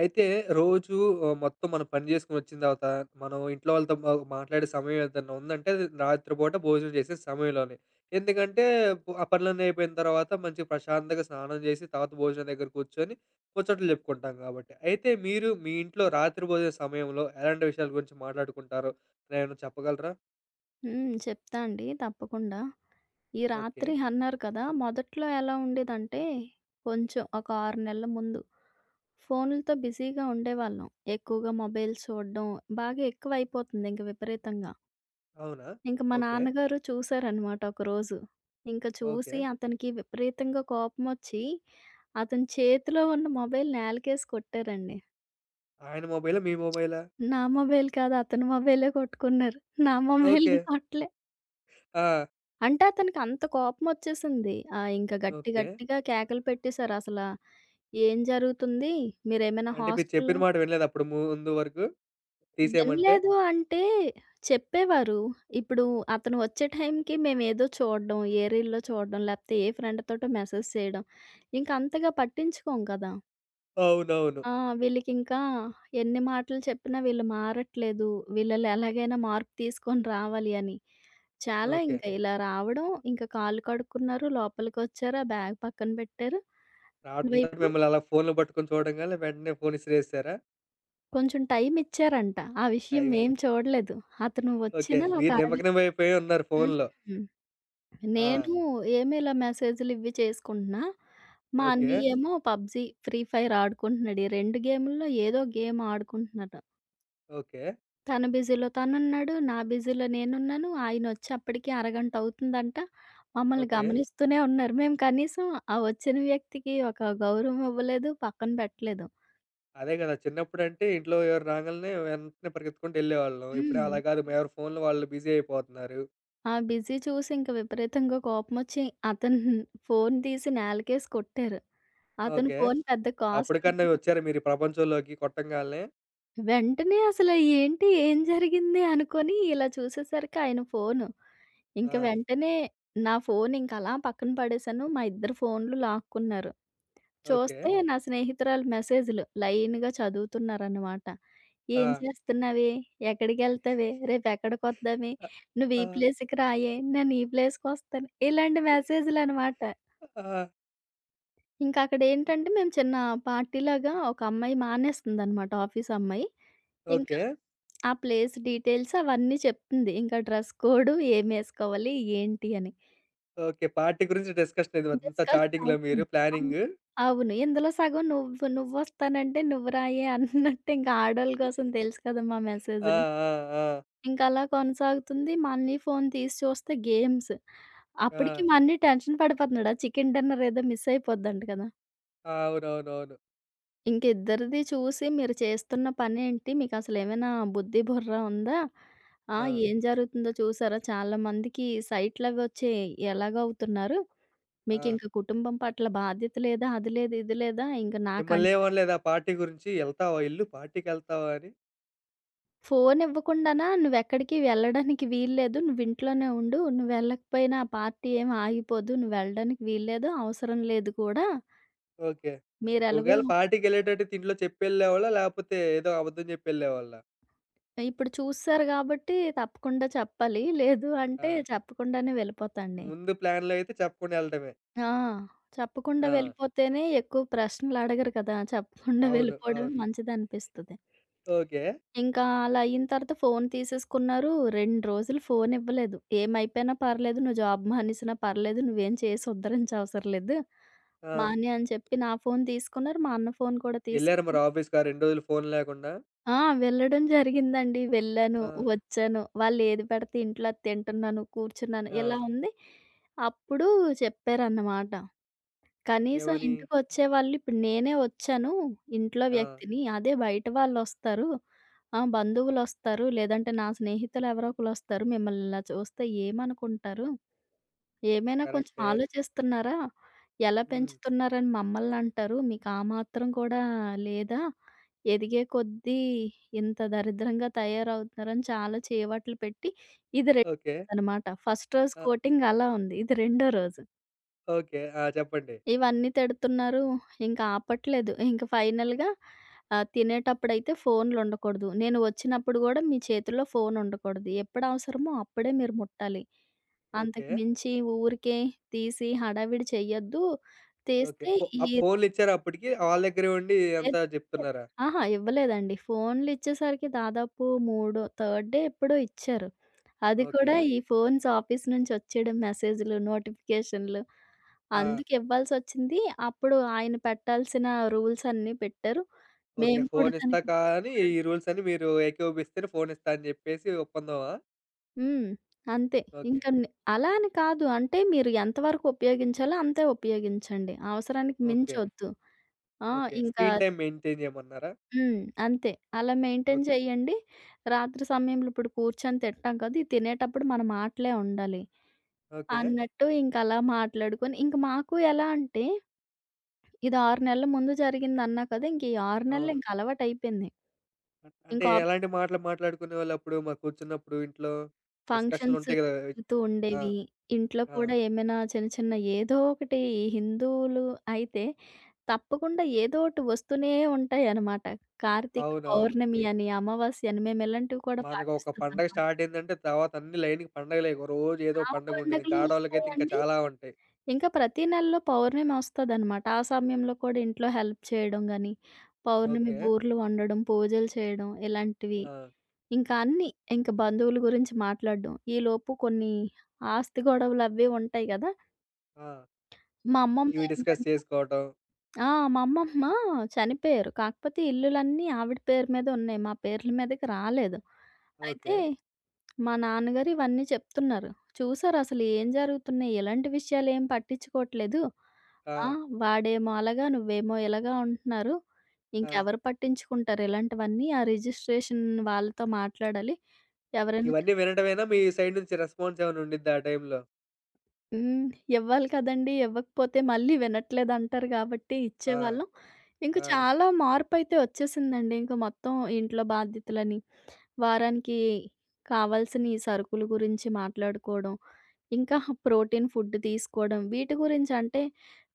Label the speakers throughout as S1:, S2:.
S1: అయితే రోజు మొత్తం మనం పని జేసుకొని వచ్చిన తర్వాత, మనం ఇంట్లో వాళ్ళతో మాట్లాడే సమయం ఏదన్నా ఉందంటే, అది రాత్రిపూట భోజనం చేసే సమయంలోనే. ఎందుకంటే, ఆ పనులన్నీ అయిపోయిన తర్వాత మంచిగా ప్రశాంతంగా స్నానం జేసి, తర్వాత భోజనం దగ్గర కూర్చొని, ముచ్చట్లు జెప్పుకుంటాం గాబట్టి. అయితే మీరు మీ ఇంట్లో రాత్రి భోజన సమయంలో ఎలాంటి విషయాల గురించి మాట్లాడుకుంటారో ఏమైనా చెప్పగలరా?
S2: చెప్తా అండి తప్పకుండా. ఈ
S1: ఓకే.
S2: రాత్రి అన్నారు కదా! మొదట్లో ఎలా ఉండేదంటే, కొంచెం ఒక 6 నెలల ముందు ఫోనులతో బిజీగా ఉండేవాళ్ళం. ఎక్కువగా మొబైల్స్ చూడడం బాగా ఎక్కువైపోతుంది ఇంక విపరీతంగా.
S1: అవునా?
S2: ఇంక మా
S1: ఓకే.
S2: నాన్నగారు చూసారనమాట ఒకరోజు. ఇంక
S1: ఓకే.
S2: చూసి అతనికి విపరీతంగా కోపమొచ్చి, అతని చేతిలో ఉన్న మొబైల్ నేలకేసి కొట్టారండి.
S1: ఆయన మొబైలా? మీ మొబైలా?
S2: నా మొబైల్ కాదు అతని మొబైలే కొట్టుకున్నారు. నా
S1: ఓకే.
S2: మొబైల్‌ని కొట్టలే.
S1: ఆ!
S2: అంటే అతనికి అంత కోపమొచ్చేసింది. ఇంకా గట్టి
S1: ఓకే.
S2: గట్టిగా కేకలు పెట్టేశారు అసల. "ఏం జరుగుతుంది? మీరేమైనా
S1: అంటే మీరు చెప్పిన
S2: హాస్టల్‌లో"
S1: మాట వినలేదా అప్పుడు ముందు వరకు? తీసేయమంటే?
S2: వినలేదు అంటే చెప్పేవారు. ఇప్పుడు అతను వచ్చే టైంకి మేమేదో చూడడం, ఏ రీల్‌లో చూడడం, లేకపోతే ఏ ఫ్రెండ్ తోటో మెసేజ్ చేయడం. ఇంక అంతగా పట్టించుకోం కదా!
S1: అవునవును.
S2: ఆ! వీళ్ళకింకా ఎన్ని మాటలు చెప్పినా వీళ్ళు మారట్లేదు. వీళ్ళలో ఎలాగైనా మార్పు తీసుకొని రావాలి అని. చాలా
S1: ఓకే.
S2: ఇంకా ఇలా రావడం, ఇంకా కాళ్ళు కడుక్కున్నారు, లోపలికొచ్చారు, ఆ బ్యాగ్ పక్కన పెట్టారు.
S1: రావట్లేదు
S2: వైపు
S1: మిమ్మల్ని అలా ఫోన్‌లు పట్టుకొని చూడంగాల్నే వెంటనే ఫోన్ ఇసిరేసారా?
S2: కొంచెం టైం ఇచ్చారంట. ఆ విషయం
S1: అయి
S2: మేం చూడలేదు. అతను
S1: ఓకే.
S2: వచ్చిన ఒక
S1: మీరు
S2: అరగ
S1: నిమగ్నమైపోయి ఉన్నారు ఫోన్‌లో.
S2: హ్మ్.
S1: ఆ!
S2: నేను ఏమి ఇలా మెసేజ్‌లు ఇవి చేసుకుంటున్నా. మా
S1: ఓకే.
S2: అన్నయ్యేమో పబ్‌జీ, ఫ్రీ ఫైర్ ఆడుకుంటున్నాడు. ఈ 2 గేముల్లో ఏదో గేమ్ ఆడుకుంటున్నాడు.
S1: ఓకే.
S2: తన బిజీలో తనున్నాడు. నా బిజీలో నేనున్నాను. ఆయనొచ్చి అప్పటికి అరగంట అవుతుందంట. మమ్మల్ని ఓకే.
S1: ఓకే.
S2: గమనిస్తూనే ఉన్నారు. మేము కనీసం ఆ వచ్చిన వ్యక్తికి ఒక గౌరవం ఇవ్వలేదు, పక్కన పెట్టలేదు.
S1: అదే గదా! చిన్నప్పుడంటే ఇంట్లో ఎవరు రాంగాల్నే వెంటనే పరిగెత్తుకుంటూ ఎళ్ళేవాళ్ళం. ఇప్పుడు
S2: హ్మ్.
S1: అలా గాదు. ఎవరి ఫోన్‌లో వాళ్ళు బిజీ అయిపోతున్నారు.
S2: ఆ బిజీ చూసి ఇంక విపరీతంగా కోపమొచ్చి అతను ఫోను తీసి నేలకేసి కొట్టారు. అతని
S1: ఓకే.
S2: ఫోను పెద్ద కాస్ట్
S1: అప్పటికన్నా
S2: ఉండదు.
S1: వచ్చారా మీరు ఈ ప్రపంచంలోకి కొట్టంగాల్నే?
S2: వెంటనే అసలు ఏంటి? ఏం జరిగింది? అనుకోని ఇలా చూసేసరికి ఆయన ఫోను. ఇంక
S1: ఆ!
S2: వెంటనే నా ఫోను ఇంకలా పక్కన పడేసాను. మా ఇద్దరి ఫోనులు లాక్కున్నారు.
S1: ఓకే.
S2: చూస్తే నా స్నేహితురాలు మెసేజులు లైన్‌గా చదువుతున్నారనమాట.
S1: ఆ!
S2: "ఏం చేస్తున్నావే? ఎక్కడికెళ్తావే? రేపెక్కడికొద్దామే?
S1: అ
S2: నువ్వు ఈ
S1: ఆ!
S2: ప్లేస్‌కి రాయే, నేను ఈ ప్లేస్‌కొస్తాను." ఇలాంటి మెసేజులనమాట.
S1: ఆ!
S2: ఇంకక్కడేంటంటే మేము చిన్న పార్టీలాగా ఒక అమ్మాయి మానేస్తుందనమాట ఆఫీస్ అమ్మాయి. ఇంకా
S1: ఓకే.
S2: ఆ ప్లేస్ డీటెయిల్స్ అవన్నీ చెప్తుంది. ఇంకా డ్రెస్ కోడ్ ఏమేసుకోవాలి ఏంటి అని.
S1: ఓకే. పార్టీ గురించి డిస్కషన్ ఇది అంతా
S2: డిస్కషన్
S1: చాటింగ్‌లో మీరు
S2: అవుతుంది. అవును.
S1: ప్లానింగు.
S2: అవును. ఇందులో సగం నువ్వొస్తానంటే నువ్వు రాయే అన్నట్టు ఇంక ఆడోళ్ళ కోసం తెలుసు కదా మా
S1: ఆ!
S2: మెసేజులు.
S1: ఆ! ఆ!
S2: ఇంకలా కొనసాగుతుంది. మళ్ళీ ఫోన్ తీసి చూస్తే గేమ్స్.
S1: ఆ!
S2: అప్పటికి మళ్ళీ టెన్షన్ పడిపోతున్నాడు. ఆ చికెన్ డిన్నర్ ఏదో మిస్ అయిపోద్దంట కదా!
S1: ఆ! అవునవునవును.
S2: ఇంక ఇద్దరిది చూసి మీరు చేస్తున్న పనేంటి? మీకసలేమైనా బుద్ధి, బుర్ర ఉందా? ఆ!
S1: ఆ!
S2: ఏం జరుగుతుందో చూసారా? చాలా మందికి సైట్‌లవి వచ్చి ఎలాగవుతున్నారు?
S1: ఆ!
S2: మీకింక కుటుంబం పట్ల బాధ్యత లేదా, అది లేదు, ఇది లేదా, ఇంక నాకన్
S1: మిమ్మల్నేమనలేదా పార్టీ గురించి? "ఎళ్తావా ఎల్లు పార్టీకెళ్తావా" అని?
S2: ఫోను ఇవ్వకుండానా నువ్వెక్కడికి వెళ్ళడానికి వీల్లేదు, నువ్వింట్లోనే ఉండు, నువ్వెళ్ళకపోయినా ఆ పార్టీ ఏమి ఆగిపోదు, నువ్వెళ్ళడానికి వీల్లేదు, అవసరం లేదు కూడా.
S1: ఓకే.
S2: మీరెలాగో
S1: ఒకవేళ పార్టీకెళ్ళేటట్టు ఇంట్లో చెప్పెళ్ళేవాళ్ళా? లేపోతే ఏదో అబద్ధం చెప్పెళ్ళేవాళ్ళా?
S2: ఇప్పుడు చూసేశారు గాబట్టి తప్పకుండా చెప్పాలి, లేదు
S1: ఆ!
S2: అంటే చెప్పకుండానే వెళ్ళిపోతాండి.
S1: ముందు ప్లాన్‌లో అయితే చెప్పకుండా ఎళ్ళడమే.
S2: ఆ! చెప్పకుండా
S1: ఆ!
S2: వెళ్ళిపోతేనే ఎక్కువ ప్రశ్నలడగరు కదా! చెప్పకుండా
S1: అవును.
S2: వెళ్ళిపోవడమే
S1: అవును.
S2: మంచిదనిపిస్తది.
S1: ఓకే.
S2: ఇంకా అలా అయిన తర్వాత ఫోను తీసేసుకున్నారు. 2 రోజులు ఫోనివ్వలేదు. ఏమైపోయినా పర్లేదు, నువ్వు జాబ్ మానేసినా పర్లేదు, నువ్వేం చేసి ఉద్ధరించవసరం లేదు.
S1: ఆ!
S2: మానేయి అని చెప్పి నా ఫోను తీసుకున్నారు. మా అన్న ఫోను కూడా
S1: ఎళ్లారా మరి
S2: తీసుకుని
S1: ఆఫీస్‌కి ఆ 2 రోజులు ఫోన్ లేకుండా?
S2: ఆ! వెళ్ళడం జరిగిందండి. వెళ్ళాను,
S1: ఆ!
S2: వచ్చాను. వాళ్ళేది పెడితే ఇంట్లో అది తింటున్నాను, కూర్చున్నాను
S1: ఆ!
S2: ఇలా ఉంది. అప్పుడు చెప్పారన్నమాట. కనీసం
S1: ఏమని?
S2: ఇంటికొచ్చేవాళ్ళు ఇప్పుడు నేనే వచ్చాను ఇంట్లో
S1: ఆ!
S2: వ్యక్తిని. అదే బయట వాళ్ళొస్తారు. ఆ! బంధువులొస్తారు. లేదంటే నా స్నేహితులు ఎవరో ఒకళ్ళొస్తారు. మిమ్మల్ని ఇలా చూస్తే ఏమనుకుంటారు? ఏమైనా కొంచెం
S1: కరెక్టే.
S2: ఆలోచిస్తున్నారా? ఎలా
S1: హ్మ్.
S2: పెంచుతున్నారని మమ్మల్నంటారు. మీకు ఆ మాత్రం కూడా లేదా? ఎదిగే కొద్దీ ఇంత దరిద్రంగా తయారవుతున్నారని చాలా చీవాట్లు పెట్టి ఇది
S1: ఓకే.
S2: రెండోదనమాట. ఫస్ట్ రోజు
S1: ఆ!
S2: కోటింగ్ అలా ఉంది. ఇది రెండో రోజు.
S1: ఓకే. ఆ! చెప్పండి.
S2: ఇవన్నీ తిడుతున్నారు. ఇంక ఆపట్లేదు. ఇంక ఫైనల్‌గా తినేటప్పుడైతే ఫోన్‌లుండకూడదు. నేను వచ్చినప్పుడు గూడా మీ చేతుల్లో ఫోనుండకూడదు. ఎప్పుడు అవసరమో అప్పుడే మీరు ముట్టాలి.
S1: ఓకే.
S2: అంతకు మించి ఊరికే తీసి హడావిడి చెయ్యొద్దు.
S1: ఓకే.
S2: తీస్తే
S1: ఫో
S2: ఈ
S1: అప్ ఫోన్‌లిచ్చారా అప్పటికి? వాళ్ళ దగ్గరే ఉండి
S2: ఏది
S1: అంతా జెప్తున్నారా?
S2: అహా! ఇవ్వలేదండి. ఫోన్‌లు ఇచ్చేసరికి దాదాపు మూడో థర్డ్ డే ఎప్పుడో ఇచ్చారు. అది
S1: ఓకే.
S2: కూడా ఈ ఫోన్స్ ఆఫీస్ నుంచి వచ్చేయడం మెసేజ్‌లు, నోటిఫికేషన్‌లు
S1: ఆ!
S2: అందుకు ఇవ్వాల్సొచ్చింది. అప్పుడు ఆయన పెట్టాల్సిన రూల్స్ అన్నీ పెట్టారు.
S1: ఓకే.
S2: మేము కూడా
S1: ఫోనిస్తా
S2: దానికి
S1: కానీ
S2: ఒప్పుకోవడం
S1: ఈ రూల్స్ అన్ని మీరు ఏకోపిస్తేనే ఫోనిస్తా అని జెప్పేసి ఒప్పందమా?
S2: హ్మ్. అంతే.
S1: ఓకే.
S2: ఇంక నే అలా అని కాదు. అంటే మీరు ఎంతవరకు ఉపయోగించాలో అంతే ఉపయోగించండి. అవసరానికి
S1: ఓకే.
S2: మించొద్దు. ఆ!
S1: ఓకే.
S2: ఇంకా
S1: స్క్రీన్ టైమ్ మెయింటైన్ జేయమన్నారా?
S2: హ్మ్. అంతే. అలా మెయింటైన్
S1: ఓక్
S2: చేయండి. రాత్రి సమయంలో ఇప్పుడు కూర్చొని తింటాం కదా! ఇది తినేటప్పుడు మన మాటలే ఉండాలి
S1: ఓకే.
S2: అన్నట్టు ఇంకలా మాట్లాడుకొని ఇంక మాకు ఎలా అంటే ఇది 6 నెలల ముందు జరిగిందన్నా కదా! ఇంక ఈ 6 నెలలు
S1: అవును.
S2: ఇంక అలవాటయిపోయింది. ఇంక
S1: అంటే
S2: ఆఫ్
S1: ఎలాంటి మాటలు మాట్లాడుకునేవాళ్ళప్పుడు? మరి కూర్చున్నప్పుడు ఇంట్లో
S2: ఫంక్షన్స్
S1: డిస్కషన్‌లుంటాయి గదా!
S2: జరుగుతూ
S1: ఆ!
S2: ఉండేవి. ఇంట్లో
S1: ఆ!
S2: కూడా ఏమైనా చిన్న చిన్న ఏదో ఒకటి ఈ హిందువులు అయితే తప్పకుండా ఏదో ఒకటి వస్తూనే ఉంటాయన్నమాట. కార్తీక
S1: అవునవును.
S2: పౌర్ణమి
S1: ఎ
S2: అని, అమావాస్య అని మేము ఇలాంటివి కూడా
S1: మనకొక
S2: పాటిస్తున్నాం.
S1: పండగ స్టార్ట్ అయిందంటే తర్వాత అన్ని లైన్‌కి పండగలే. ఒక రోజు ఏదో
S2: ఆ
S1: పండగ ఉంటది.
S2: పండగలు
S1: ఇంకా ఆడోళ్ళకైతే ఇంకా
S2: వస్తాయండి?
S1: చాలా ఉంటాయి.
S2: ఇంకా ప్రతి నెలలో పౌర్ణమి వస్తదనమాట. ఆ సమయంలో కూడా ఇంట్లో హెల్ప్ చేయడం గాని, పౌర్ణమి
S1: ఓకే.
S2: బూరెలు వండడం, పూజలు చేయడం ఇలాంటివి.
S1: ఆ!
S2: ఇంకా అన్నీ. ఇంక బంధువుల గురించి మాట్లాడడం. ఈలోపు కొన్ని ఆస్తి గొడవలు అవి ఉంటాయి గదా!
S1: ఆ!
S2: మా అమ్మమ్మ
S1: ఇవి డిస్కస్
S2: ఏంటంటే
S1: చేసుకోవటం.
S2: ఆ! మా అమ్మమ్మ చనిపోయారు. కాకపోతే ఇల్లులన్నీ ఆవిడ పేరు మీద ఉన్నాయి. మా పేర్ల మీదకి రాలేదు. అయితే
S1: ఓకే.
S2: మా నాన్నగారు ఇవన్నీ చెప్తున్నారు. చూసారసలు ఏం జరుగుతున్నాయి? ఎలాంటి విషయాలేం పట్టించుకోవట్లేదు.
S1: ఆ!
S2: ఆ! వాడేమో అలాగా, నువ్వేమో ఇలాగా అంటున్నారు.
S1: ఆ!
S2: ఇంకెవరు పట్టించుకుంటారు ఇలాంటివన్నీ? ఆ రిజిస్ట్రేషన్ వాళ్ళతో మాట్లాడాలి. ఎవరైనా తె
S1: ఇవన్నీ వినటమేనా మీ సైడ్ నుంచి రెస్పాన్స్ ఏమైనా ఉండిద్దా ఆ టైంలో?
S2: హ్మ్. ఇవ్వాలి కదండీ! ఇవ్వకపోతే మళ్ళీ వినట్లేదంటారు కాబట్టి
S1: ఆ!
S2: ఇచ్చేవాళ్ళం. ఇంక
S1: ఆ!
S2: చాలా మార్పయితే వచ్చేసిందండి. ఇంక మొత్తం ఇంట్లో బాధ్యతలని వారానికి కావాల్సిన ఈ సరుకుల గురించి మాట్లాడుకోవడం, ఇంకా ప్రోటీన్ ఫుడ్ తీసుకోవడం, వీటి గురించి అంటే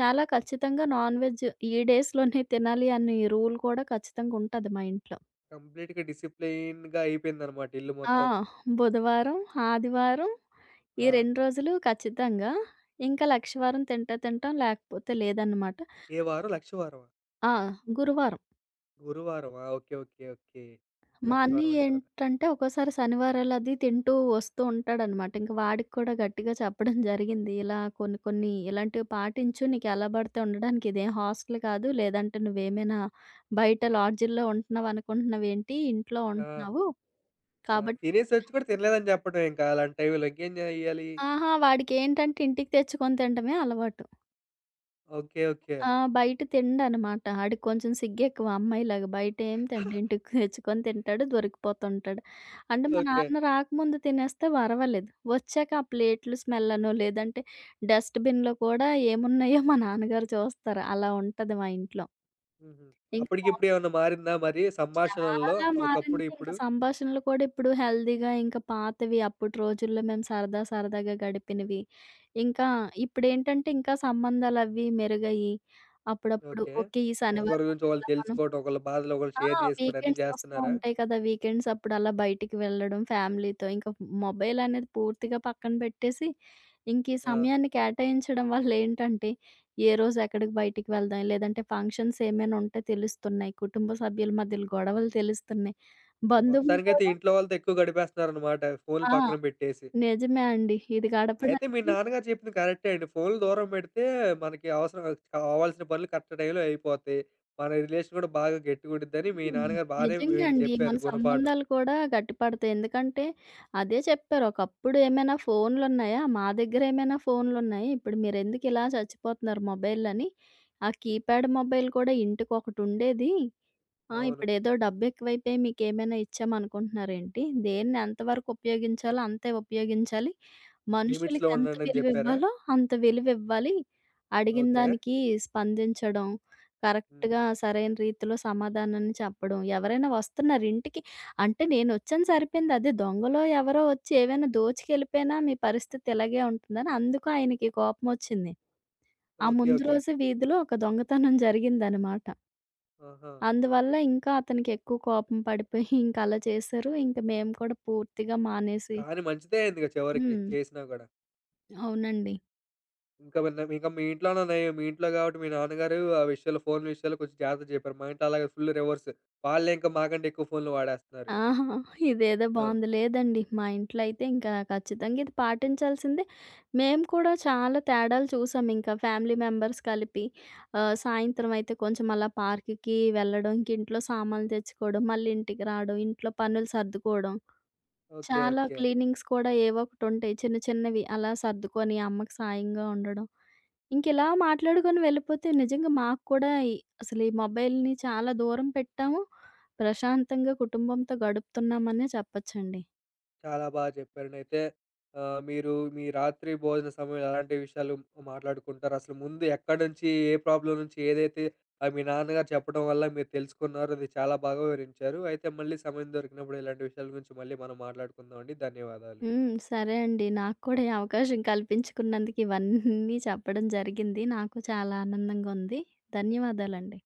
S2: చాలా ఖచ్చితంగా నాన్‌వెజ్ ఈ డేస్‌లోనే తినాలి అనే రూల్ కూడా ఖచ్చితంగా ఉంటది మా ఇంట్లో.
S1: కంప్లీట్‌గా డిసిప్లైన్‌గా అయిపోయిందనమాట ఇల్లు
S2: ఆ!
S1: మొత్తం.
S2: బుధవారం, ఆదివారం ఈ
S1: ఆ!
S2: 2 రోజులు ఖచ్చితంగా. ఇంకా లక్షవారం తింటే తింటాం లేకపోతే లేదన్నమాట.
S1: ఏ వారం? లక్షవారమా?
S2: ఆ! గురువారం.
S1: గురువారమా? ఓకే. ఓకే. ఓకే.
S2: మా
S1: లక్షవారం
S2: అన్నయ్య
S1: అంటారు.
S2: ఏంటంటే ఒక్కోసారి శనివారాలది తింటూ వస్తూ ఉంటాడనమాట. ఇంక వాడికి కూడా గట్టిగా చెప్పడం జరిగింది. ఇలా కొన్ని కొన్ని ఇలాంటివి పాటించు. నీకెలా పడితే ఉండడానికి ఇదేం హాస్టల్ కాదు. లేదంటే నువ్వేమైనా బయట లాడ్జిల్లో ఉంటున్నావనుకుంటున్నావేంటి? ఇంట్లో
S1: ఆ!
S2: ఉంటున్నావు.
S1: ఆ!
S2: కాబట్టి
S1: తినేసొచ్చి కూడా తినలేదని చెప్పడం ఇంకా అలాంటి టైంలో ఇంకేం జేయాలి?
S2: ఆహా! వాడికేంటంటే ఇంటికి తెచ్చుకొని తినడమే అలవాటు.
S1: ఓకే. ఓకే.
S2: ఆ! బయట తినడనమాట. ఆడికి కొంచెం సిగ్గెక్కువ అమ్మాయిలాగా. బయటేం తినడు. ఇంటికి తెచ్చుకొని తింటాడు, దొరికిపోతుంటాడు. అంటే మా
S1: ఓకే.
S2: నాన్న రాకముందు తినేస్తే పర్వాలేదు. వచ్చాక ఆ ప్లేట్లు స్మెల్లనో, లేదంటే డస్ట్‌బిన్‌లో కూడా ఏమున్నాయో మా నాన్నగారు చూస్తారు. అలా ఉంటది మా ఇంట్లో.
S1: హుహు.
S2: ఇంక మా
S1: అప్పటికిప్పుడు ఏమన్నా మారిందా మరి సంభాషణల్లో?
S2: చాలా
S1: ఒకప్పుడు
S2: మారింది. ఇంక
S1: ఇప్పుడు?
S2: సంభాషణలు కూడా ఇప్పుడు హెల్తీగా ఇంకా పాతవి అప్పటి రోజుల్లో మేము సరదా సరదాగా గడిపినవి. ఇంకా ఇప్పుడేంటంటే ఇంకా సంబంధాలవి మెరుగయ్యి అప్పుడప్పుడు
S1: ఓకే.
S2: ఓకే. ఈ
S1: ఒకరి
S2: శనివారం
S1: గురించి
S2: అయితే
S1: ఒకళ్ళు
S2: ఇలా మనం
S1: తెలుసుకోవటం, ఒకళ్ళ బాధలు ఒకళ్ళు
S2: ఆ!
S1: షేర్ చేసుకోవడం అన్నీ
S2: వీకెండ్స్ వస్తూ
S1: చేస్తున్నారా?
S2: ఉంటాయి కదా! వీకెండ్స్ అప్పుడు అలా బయటికి వెళ్ళడం ఫ్యామిలీతో, ఇంకా మొబైల్ అనేది పూర్తిగా పక్కన పెట్టేసి, ఇంక ఈ
S1: ఆ!
S2: సమయాన్ని కేటాయించడం వల్ల ఏంటంటే, ఏ రోజు ఎక్కడికి బయటికి వెళ్దాం, లేదంటే ఫంక్షన్స్ ఏమైనా ఉంటే తెలుస్తున్నాయి. కుటుంబ సభ్యుల మధ్యలో గొడవలు తెలుస్తున్నాయి. బంధువులు
S1: మొత్తానికైతే
S2: కూడా
S1: ఇంట్లో వాళ్ళతో ఎక్కువ గడిపేస్తున్నారనమాట ఫోన్‌లు
S2: ఆ!
S1: పక్కన పెట్టేసి.
S2: నిజమే అండి. ఇది
S1: అయితే మీ
S2: గడపడానికి
S1: నాన్నగారు చెప్పింది కరెక్టే అండి. ఫోన్‌లు దూరం పెడితే మనకి అవసరం కావాల్సిన పనులు కరెక్ట్ టైంలో అయిపోతాయి. మన రిలేషన్ కూడా బాగా గట్టిగుండిద్దని మీ
S2: హ్మ్.
S1: నాన్నగారు బానే
S2: నిజంగా
S1: మీకు
S2: అండి. మన
S1: చెప్పారు గుణపాఠం.
S2: సంబంధాలు కూడా గట్టిపడతాయి. ఎందుకంటే అదే చెప్పారు. ఒకప్పుడు ఏమైనా ఫోన్లున్నాయా? మా దగ్గర ఏమైనా ఫోన్లున్నాయి. ఇప్పుడు మీరెందుకిలా చచ్చిపోతున్నారు మొబైల్‌లని. ఆ కీప్యాడ్ మొబైల్ కూడా ఇంటికొకటుండేది ఆ!
S1: అవును.
S2: ఇప్పుడేదో డబ్బెక్కువైపోయి మీకేమైనా ఇచ్చామనుకుంటున్నారేంటి? దేన్ని ఎంతవరకు ఉపయోగించాలో అంతే ఉపయోగించాలి.
S1: లిమిట్స్‌లో
S2: మనుషులకి ఎంత
S1: ఉండండని చెప్పారా?
S2: విలువివ్వాలో అంత విలువివ్వాలి. అడిగిన
S1: ఓకే.
S2: దానికి స్పందించడం,
S1: హ్మ్.
S2: కరెక్ట్‌గా సరైన రీతిలో సమాధానాన్ని చెప్పడం. ఎవరైనా వస్తున్నారు ఇంటికి అంటే నేనొచ్చాను సరిపోయింది. అదే దొంగలో ఎవరో వచ్చి ఏవైనా దోచుకెళ్ళిపోయినా మీ పరిస్థితి ఇలాగే ఉంటుందని అందుకు ఆయనకి కోపమొచ్చింది. ఆ
S1: ఓకే.
S2: ముందు
S1: ఓకే.
S2: రోజు వీధిలో ఒక దొంగతనం జరిగిందనమాట.
S1: ఆహా!
S2: అందువల్ల ఇంకా అతనికి ఎక్కువ కోపం పడిపోయి ఇంకా అలా చేశారు. ఇంక మేము కూడా పూర్తిగా మానేసి
S1: కానీ మంచిదే అయిందిగా చివరికి
S2: హ్మ్.
S1: చేసినా గూడా.
S2: అవునండి.
S1: ఇంకా మరి ఇంకా మీ ఇంట్లోనే నయం. మీ ఇంట్లో గాబట్టి మీ నాన్నగారు ఆ విషయాలు ఫోన్ల విషయాల్లో కొంచెం జాగ్రత్త చెప్పారు. మా ఇంట్లో అలాగే ఫుల్ రివర్స్. వాళ్ళే ఇంకా మాకంటే ఎక్కువ ఫోన్లు వాడేస్తున్నారు.
S2: ఆహా! ఇదేదో
S1: ఓ
S2: బావుంది. లేదండి మా ఇంట్లో అయితే ఇంకా ఖచ్చితంగా ఇది పాటించాల్సిందే. మేము కూడా చాలా తేడాలు చూసాం ఇంకా ఫ్యామిలీ మెంబర్స్ కలిపి. సాయంత్రం అయితే కొంచెం అలా పార్క్‌కి వెళ్ళడం, ఇంక ఇంట్లో సామాన్లు తెచ్చుకోవడం, మళ్ళీ ఇంటికి రావడం, ఇంట్లో పనులు సర్దుకోవడం.
S1: ఓకే.
S2: చాలా
S1: ఓకే.
S2: క్లీనింగ్స్ కూడా ఏవో ఒకటుంటాయి చిన్న చిన్నవి అలా సర్దుకొని అమ్మకి సాయంగా ఉండడం. ఇంకిలా మాట్లాడుకొని వెళ్ళిపోతే నిజంగా మాకు కూడా ఈ అసలు ఈ మొబైల్‌ని చాలా దూరం పెట్టాము. ప్రశాంతంగా కుటుంబంతో గడుపుతున్నామనే చెప్పొచ్చండి.
S1: చాలా బాగా చెప్పారండయితే మీరు మీ రాత్రి భోజన సమయంలో ఎలాంటి విషయాలు మాట్లాడుకుంటారు? అసలు ముందు ఎక్కడి నుంచి, ఏ ప్రాబ్లమ్ నుంచి ఏదైతే మీ నాన్నగారు చెప్పడం వల్ల మీరు తెలుసుకున్నారో అది చాలా బాగా వివరించారు. అయితే మళ్ళీ సమయం దొరికినప్పుడు ఇలాంటి విషయాల గురించి మళ్ళీ మనం మాట్లాడుకుందామండి. ధన్యవాదాలు.
S2: సరే అండి. నాకు కూడా ఈ అవకాశం కల్పించుకున్నందుకు ఇవన్నీ చెప్పడం జరిగింది. నాకు చాలా ఆనందంగా ఉంది. ధన్యవాదాలండి.